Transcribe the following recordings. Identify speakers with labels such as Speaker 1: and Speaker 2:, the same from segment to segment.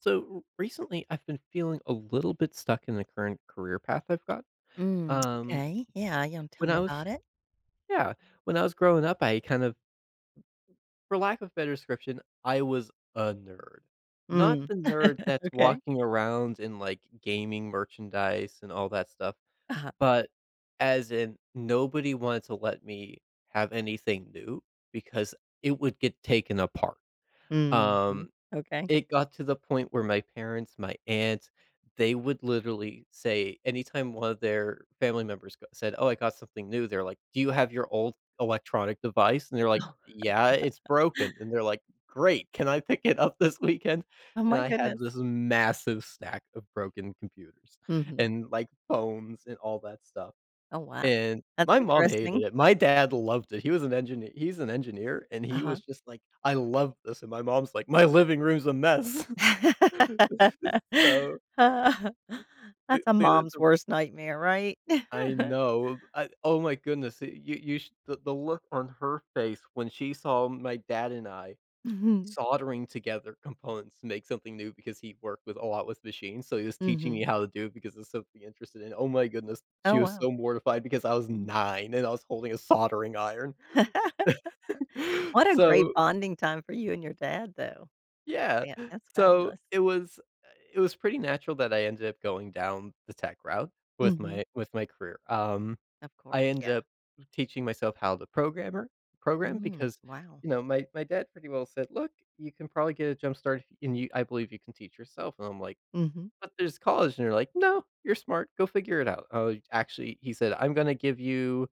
Speaker 1: So recently, I've been feeling a little bit stuck in the current career path I've got.
Speaker 2: Mm,
Speaker 1: Um,
Speaker 2: okay. Yeah, you wanna tell
Speaker 1: when
Speaker 2: me
Speaker 1: I was,
Speaker 2: about it?
Speaker 1: yeah, when I was growing up, for lack of better description, I was a nerd. Not
Speaker 2: Mm,
Speaker 1: the nerd that's
Speaker 2: okay.
Speaker 1: walking around in like gaming merchandise and all that stuff,
Speaker 2: Uh-huh.
Speaker 1: but as in nobody wanted to let me have anything new because it would get taken apart.
Speaker 2: Mhm.
Speaker 1: Um,
Speaker 2: Okay.
Speaker 1: It got to the point where my parents, my aunts, they would literally say anytime one of their family members go said, "Oh, I got something new," they're like, "Do you have your old electronic device?" And they're like,
Speaker 2: Oh.
Speaker 1: "Yeah, it's broken." And they're like, "Great, can I pick it up this weekend?"
Speaker 2: Oh
Speaker 1: And
Speaker 2: my
Speaker 1: I
Speaker 2: goodness.
Speaker 1: had this massive stack of broken computers
Speaker 2: Mhm.
Speaker 1: and, like, phones and all that stuff.
Speaker 2: Oh, wow.
Speaker 1: And
Speaker 2: That's
Speaker 1: my mom hated
Speaker 2: interesting.
Speaker 1: it. My dad loved it. He's an engineer, and he
Speaker 2: Uh-huh.
Speaker 1: was just like, "I love this," and my mom's like, "My living room's a mess." So,
Speaker 2: That's a mom's
Speaker 1: the
Speaker 2: worst nightmare, right?
Speaker 1: I know. I Oh my goodness. Y- You sh the look on her face when she saw my dad and I
Speaker 2: Mhm.
Speaker 1: soldering together components to make something new, because he worked with a lot with machines, so he was teaching me
Speaker 2: Mhm.
Speaker 1: how to do it because it's something interested in. Oh my goodness.
Speaker 2: Oh,
Speaker 1: She was
Speaker 2: wow.
Speaker 1: so mortified because I was 9 and I was holding a soldering iron.
Speaker 2: What a great
Speaker 1: So,
Speaker 2: bonding time for you and your dad, though.
Speaker 1: yeah.
Speaker 2: Yeah, that's
Speaker 1: So,
Speaker 2: fabulous.
Speaker 1: it was it was pretty natural that I ended up going down the tech route
Speaker 2: Mhm.
Speaker 1: with my career.
Speaker 2: Of
Speaker 1: I
Speaker 2: course,
Speaker 1: ended
Speaker 2: yeah.
Speaker 1: up teaching myself how to program,
Speaker 2: Mhm.
Speaker 1: because,
Speaker 2: Wow.
Speaker 1: my dad pretty well said, "Look, you can probably get a jump start, if and you I believe you can teach yourself." And I'm like,
Speaker 2: Mhm.
Speaker 1: "But there's college." And they're like, "No, you're smart. Go figure it out." Oh, actually, he said, "I'm gonna give you,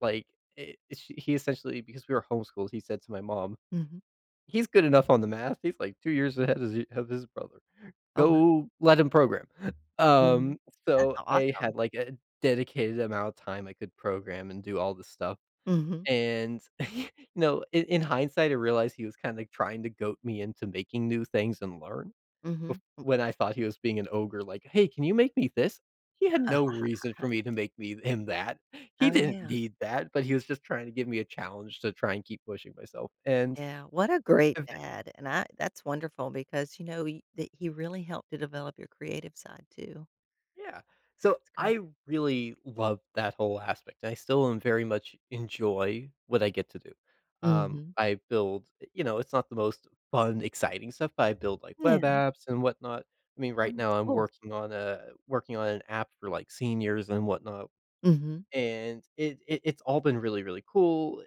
Speaker 1: like—" I he essentially, because we were homeschooled, he said to my mom,
Speaker 2: Mhm.
Speaker 1: "He's good enough on the math. He's like 2 years ahead of his brother.
Speaker 2: Oh.
Speaker 1: Go let him program."
Speaker 2: Mhm.
Speaker 1: Um,
Speaker 2: That's
Speaker 1: so I
Speaker 2: awesome.
Speaker 1: had, like, a dedicated amount of time I could program and do all this stuff,
Speaker 2: Mhm,
Speaker 1: and, you in hindsight, I realized he was kinda trying to goat me into making new things and learn bef
Speaker 2: mhm.
Speaker 1: when I thought he was being an ogre, like, "Hey, can you make me this?" He had no reason for me to make me him that. He
Speaker 2: Oh,
Speaker 1: didn't
Speaker 2: yeah,
Speaker 1: need that, but he was just trying to give me a challenge to try and keep pushing myself, and
Speaker 2: yeah. What a great dad, and I that's wonderful because, you know, he that he really helped to develop your creative side too,
Speaker 1: Yeah.
Speaker 2: so
Speaker 1: So
Speaker 2: that's great.
Speaker 1: I really love that whole aspect. I still am very much enjoy what I get to do.
Speaker 2: Mhm.
Speaker 1: I build, it's not the most fun, exciting stuff, but I build like web
Speaker 2: Yeah.
Speaker 1: apps and whatnot. I mean,
Speaker 2: Oh,
Speaker 1: right now
Speaker 2: that's
Speaker 1: I'm
Speaker 2: cool.
Speaker 1: working on an app for like seniors and whatnot,
Speaker 2: Mhm.
Speaker 1: and it's all been really really cool.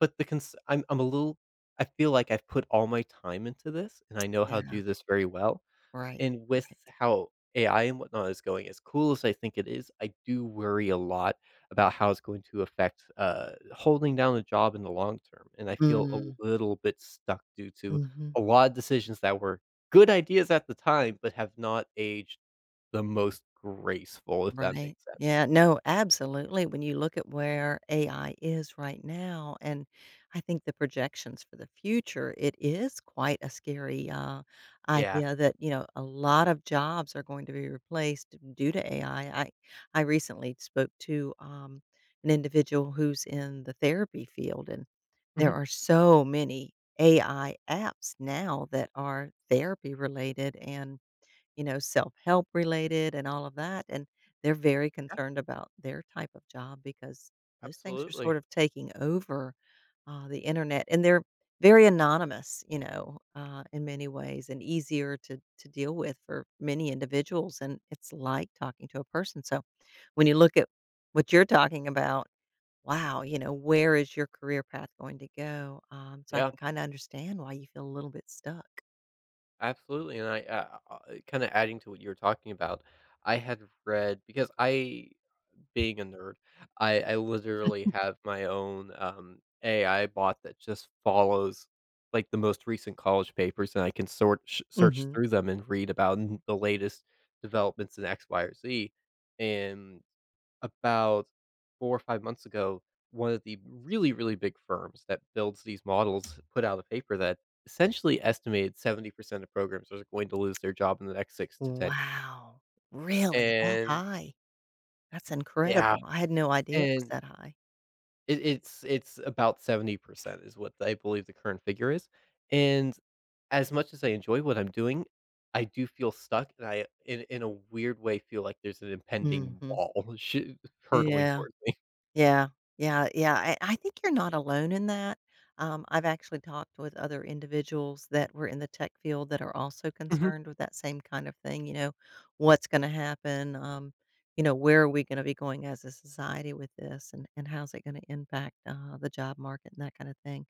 Speaker 1: But the cons- I'm a little I feel like I've put all my time into this, and I know how to
Speaker 2: Yeah.
Speaker 1: do this very well,
Speaker 2: Right,
Speaker 1: and with
Speaker 2: right.
Speaker 1: how AI and whatnot is going, as cool as I think it is, I do worry a lot about how it's going to affect, holding down a job in the long term, and I feel
Speaker 2: Mm,
Speaker 1: a little bit stuck due to
Speaker 2: mhm.
Speaker 1: a lot of decisions that were good ideas at the time, but have not aged the most graceful, if that
Speaker 2: Right.
Speaker 1: makes sense.
Speaker 2: Yeah, no, absolutely. When you look at where AI is right now, and I think the projections for the future, it is quite a scary
Speaker 1: Yeah.
Speaker 2: idea that, you know, a lot of jobs are going to be replaced due to AI. I recently spoke to an individual who's in the therapy field, and there
Speaker 1: Mhm.
Speaker 2: are so many AI apps now that are therapy related and self-help related and all of that, and they're very
Speaker 1: Yeah,
Speaker 2: concerned about their type of job because those things are sort
Speaker 1: absolutely.
Speaker 2: of taking over, the internet, and they're very anonymous, you know, in many ways and easier to deal with for many individuals, and it's like talking to a person, so when you look at what you're talking about, wow, where is your career path going to go? So I
Speaker 1: Yeah,
Speaker 2: can kinda understand why you feel a little bit stuck.
Speaker 1: absolutely, and I kinda adding to what you were talking about, I had read, because I, being a nerd, I literally have my own, AI bot that just follows, like, the most recent college papers, and I can sort sh search
Speaker 2: Mhm.
Speaker 1: through them and read about n the latest developments in X, Y, or Z, and about 4 or 5 months ago, one of the really, really big firms that builds these models put out a paper that essentially estimated 70% of programmers are going to lose their job in the next 6 to 10 years.
Speaker 2: Wow. Really? That
Speaker 1: And
Speaker 2: high? That's
Speaker 1: Yeah,
Speaker 2: incredible. I had no idea it was
Speaker 1: and
Speaker 2: that high.
Speaker 1: It's about 70% is what I believe the current figure is, and as much as I enjoy what I'm doing, I do feel stuck, and I in a weird way feel like there's an impending
Speaker 2: Mhm.
Speaker 1: wall shi hurtling
Speaker 2: Yeah.
Speaker 1: towards me.
Speaker 2: Yeah. Yeah. Yeah. I think you're not alone in that. I've actually talked with other individuals that were in the tech field that are also
Speaker 1: Mhm.
Speaker 2: concerned with that same kind of thing, what's gonna happen, where are we gonna be going as a society with this and how's it gonna impact, the job market and that kind of thing.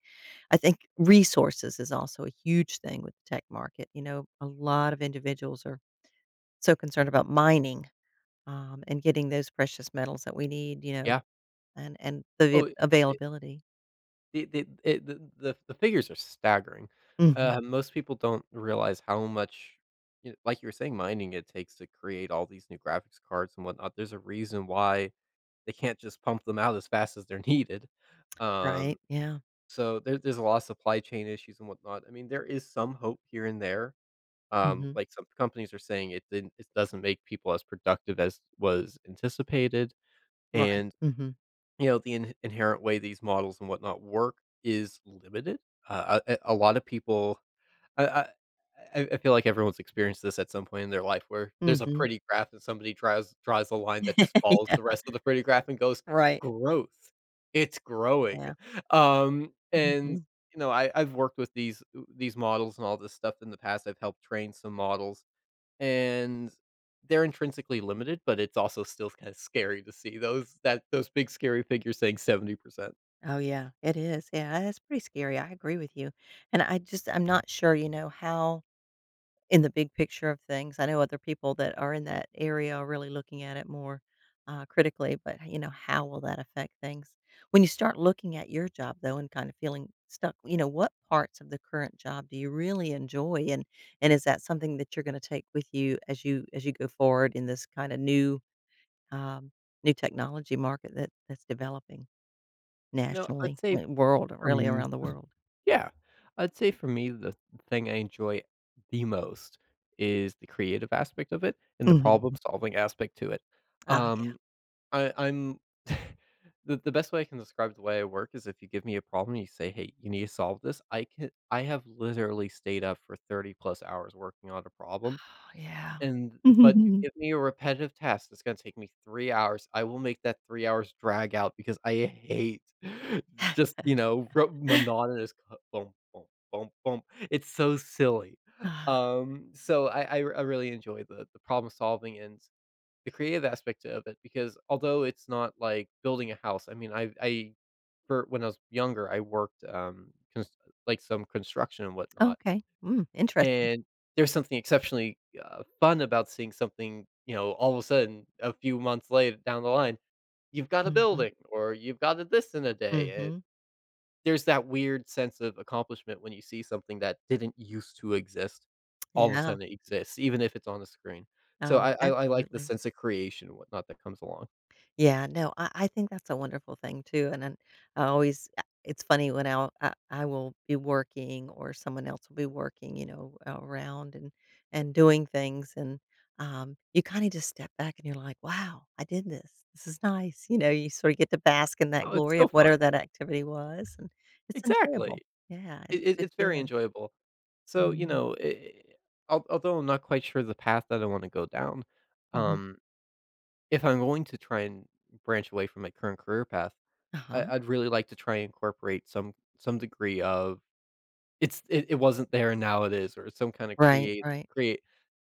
Speaker 2: I think resources is also a huge thing with the tech market. A lot of individuals are so concerned about mining and getting those precious metals that we need,
Speaker 1: Yeah.
Speaker 2: and the
Speaker 1: Oh,
Speaker 2: av-
Speaker 1: it's it
Speaker 2: availability.
Speaker 1: it it it the figures are staggering.
Speaker 2: Hmm.
Speaker 1: Most people don't realize how much, like you were saying, mining it takes to create all these new graphics cards and whatnot. There's a reason why they can't just pump them out as fast as they're needed.
Speaker 2: Right.
Speaker 1: Um
Speaker 2: Yeah.
Speaker 1: So there's a lot of supply chain issues and whatnot. I mean, there is some hope here and there.
Speaker 2: Hmm.
Speaker 1: Like some companies are saying it doesn't make people as productive as was anticipated.
Speaker 2: Right.
Speaker 1: And,
Speaker 2: Hmm.
Speaker 1: the inherent way these models and whatnot work is limited. A lot of people I I I feel like everyone's experienced this at some point in their life where there's a
Speaker 2: Hmm.
Speaker 1: pretty graph and somebody draws a line that just follows
Speaker 2: Yeah.
Speaker 1: the rest of the pretty graph and goes,
Speaker 2: Right.
Speaker 1: "Growth. It's growing."
Speaker 2: Yeah.
Speaker 1: And,
Speaker 2: Hmm.
Speaker 1: I've worked with these models and all this stuff in the past. I've helped train some models, and they're intrinsically limited, but it's also still kinda scary to see those big scary figures saying 70%.
Speaker 2: Oh, yeah. It is. Yeah. It's pretty scary. I agree with you. And I just, I'm not sure, how in the big picture of things. I know other people that are in that area are really looking at it more critically, but how will that affect things? When you start looking at your job though and kind of feeling stuck, what parts of the current job do you really enjoy and is that something that you're going to take with you as you go forward in this kind of um, new technology market that's developing
Speaker 1: You know, I'd
Speaker 2: nationally,
Speaker 1: say
Speaker 2: like,
Speaker 1: for
Speaker 2: really
Speaker 1: m
Speaker 2: around the world?
Speaker 1: yeah. I'd say for me, the thing I enjoy the most is the creative aspect of it and the
Speaker 2: Hmm.
Speaker 1: problem-solving aspect to it.
Speaker 2: Ah,
Speaker 1: Um I I'm The best way I can describe the way I work is if you give me a problem, you say, "Hey, you need to solve this." I have literally stayed up for 30 plus hours working on a problem,
Speaker 2: yeah.
Speaker 1: and but you give me a repetitive task that's gonna take me 3 hours, I will make that 3 hours drag out because I hate just, ro
Speaker 2: Yeah.
Speaker 1: monotonous co boom, boom, boom. Bump. It's so silly.
Speaker 2: Ah,
Speaker 1: So I really enjoy the problem solving and the creative aspect of it, because although it's not like building a house, I mean, I for when I was younger, I worked, cons like, some construction and whatnot,
Speaker 2: okay. Mm, interesting.
Speaker 1: and there's something exceptionally, fun about seeing something, all of a sudden, a few months later down the line, you've got a
Speaker 2: Mhm,
Speaker 1: building or you've got a this in a day, and
Speaker 2: mhm.
Speaker 1: there's that weird sense of accomplishment when you see something that didn't used to exist, all of a
Speaker 2: Yeah.
Speaker 1: sudden it exists, even if it's on a screen. So
Speaker 2: Oh,
Speaker 1: I like the
Speaker 2: absolutely.
Speaker 1: sense of creation and whatnot that comes along.
Speaker 2: Yeah, no, I think that's a wonderful thing too, and then I always it's funny when I will be working or someone else will be working, around and doing things and, you kinda just step back and you're like, "Wow, I did this. This is nice." You sort of get to bask in that
Speaker 1: Oh, it's
Speaker 2: glory of
Speaker 1: so fun.
Speaker 2: whatever that activity was, and it's enjoyable.
Speaker 1: Exactly.
Speaker 2: Yeah, it's
Speaker 1: It
Speaker 2: a
Speaker 1: it
Speaker 2: good
Speaker 1: it's very
Speaker 2: feeling.
Speaker 1: enjoyable. So, you
Speaker 2: Mhm,
Speaker 1: know, eh, al although I'm not quite sure the path that I wanna go down,
Speaker 2: mhm.
Speaker 1: um, if I'm going to try and branch away from my current career path,
Speaker 2: Uh-huh.
Speaker 1: I'd really like to try and incorporate some degree of it wasn't there and now it is, or some kinda
Speaker 2: Right,
Speaker 1: create
Speaker 2: right.
Speaker 1: create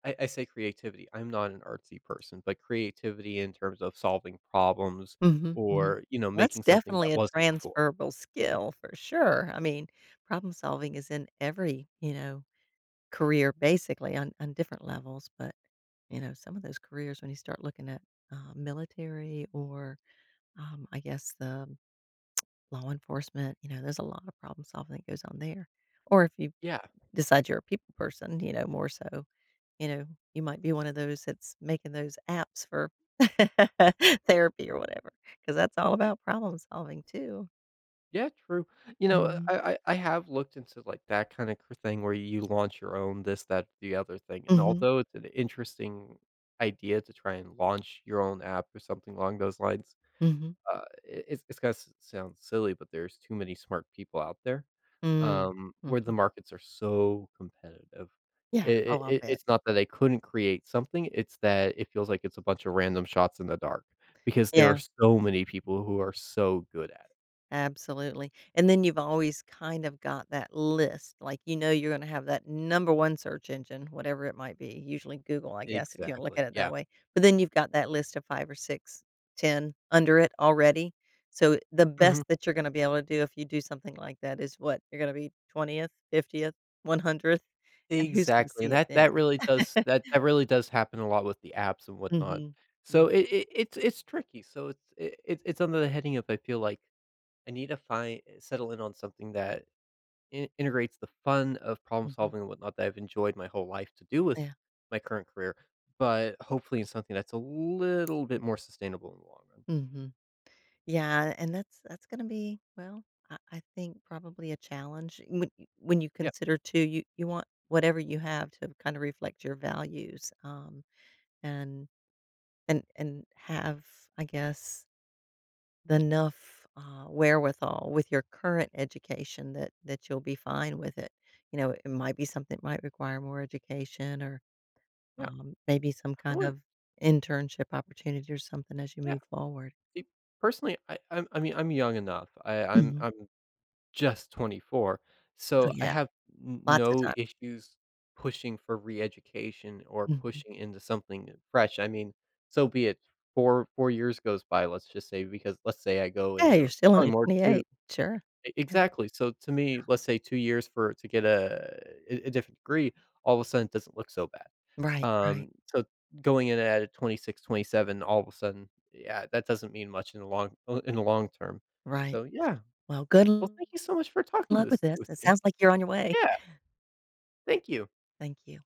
Speaker 1: I say creativity. I'm not an artsy person, but creativity in terms of solving problems
Speaker 2: Mhm. Mhm.
Speaker 1: or,
Speaker 2: Well, that's
Speaker 1: making something that
Speaker 2: definitely a
Speaker 1: wasn't before.
Speaker 2: transferable skill for sure. I mean, problem solving is in every, career basically on different levels, but, some of those careers when you start looking at, military or, I guess the law enforcement, there's a lot of problem solving that goes on there. Or if you
Speaker 1: Yeah.
Speaker 2: decide you're a people person, more so. You know, you might be one of those that's making those apps for therapy or whatever, because that's all about problem solving too.
Speaker 1: Yeah, true.
Speaker 2: Mhm.
Speaker 1: I have looked into, like, that kinda thing where you launch your own this, that, the other thing, and
Speaker 2: Mhm,
Speaker 1: although it's an interesting idea to try and launch your own app or something along those lines,
Speaker 2: mhm,
Speaker 1: it's gonna s sound silly, but there's too many smart people out there,
Speaker 2: mm,
Speaker 1: where
Speaker 2: mhm.
Speaker 1: the markets are so competitive.
Speaker 2: Yeah,
Speaker 1: It
Speaker 2: oh,
Speaker 1: it
Speaker 2: I'll
Speaker 1: it
Speaker 2: bet.
Speaker 1: it's not that they couldn't create something, it's that it feels like it's a bunch of random shots in the dark because there
Speaker 2: Yeah.
Speaker 1: are so many people who are so good at it.
Speaker 2: Absolutely, and then you've always kind of got that list, like, you know you're gonna have that number 1 search engine, whatever it might be, usually Google, I guess, if you wanna look at
Speaker 1: Exactly,
Speaker 2: it that
Speaker 1: yeah.
Speaker 2: way, but then you've got that list of 5 or 6, 10 under it already, so the
Speaker 1: Mhm.
Speaker 2: best that you're gonna be able to do if you do something like that is what? You're gonna be 20th, 50th, 100th, and who's gonna
Speaker 1: Exactly, and
Speaker 2: see it then?
Speaker 1: that really does happen a lot with the apps and whatnot.
Speaker 2: Mhm. Mm,
Speaker 1: So it's tricky. So it's it it's under the heading of I feel like I need to find, settle in on something that in integrates the fun of problem
Speaker 2: mhm.
Speaker 1: solving and whatnot that I've enjoyed my whole life to do with
Speaker 2: Yeah.
Speaker 1: my current career, but hopefully in something that's a little bit more sustainable in the long run.
Speaker 2: Mhm. Yeah, and that's gonna be, well, I think probably a challenge when you
Speaker 1: Yeah,
Speaker 2: consider too. You want whatever you have to kind of reflect your values, and and have I guess the enough wherewithal with your current education that you'll be fine with it. It might be something that might require more education or
Speaker 1: yeah,
Speaker 2: maybe some
Speaker 1: I
Speaker 2: kind
Speaker 1: wouldn't
Speaker 2: of internship opportunity or something as you
Speaker 1: yeah,
Speaker 2: move forward.
Speaker 1: it personally, I mean, I'm young enough. I
Speaker 2: Mhm.
Speaker 1: I'm Just 24.
Speaker 2: Oh
Speaker 1: So, I
Speaker 2: yeah,
Speaker 1: have n
Speaker 2: lots of
Speaker 1: no
Speaker 2: time.
Speaker 1: issues pushing for re-education or
Speaker 2: Mhm.
Speaker 1: pushing into something fresh. I mean, so be it. 4 years goes by, let's just say, because let's say I go
Speaker 2: Yeah,
Speaker 1: in
Speaker 2: you're
Speaker 1: or
Speaker 2: still
Speaker 1: probably
Speaker 2: only
Speaker 1: more,
Speaker 2: 28.
Speaker 1: two
Speaker 2: Sure.
Speaker 1: E
Speaker 2: Yeah.
Speaker 1: exactly. So, to me, let's say 2 years for to get a different degree, all of a sudden, it doesn't look so bad.
Speaker 2: Right, right,
Speaker 1: So going in at a 26, 27, all of a sudden, yeah, that doesn't mean much in the long term.
Speaker 2: right.
Speaker 1: So, yeah.
Speaker 2: Well, good
Speaker 1: Well, thank you so much for talking
Speaker 2: luck with
Speaker 1: this
Speaker 2: this.
Speaker 1: with
Speaker 2: It
Speaker 1: me.
Speaker 2: sounds like you're on your way.
Speaker 1: Yeah, thank you.
Speaker 2: Thank you.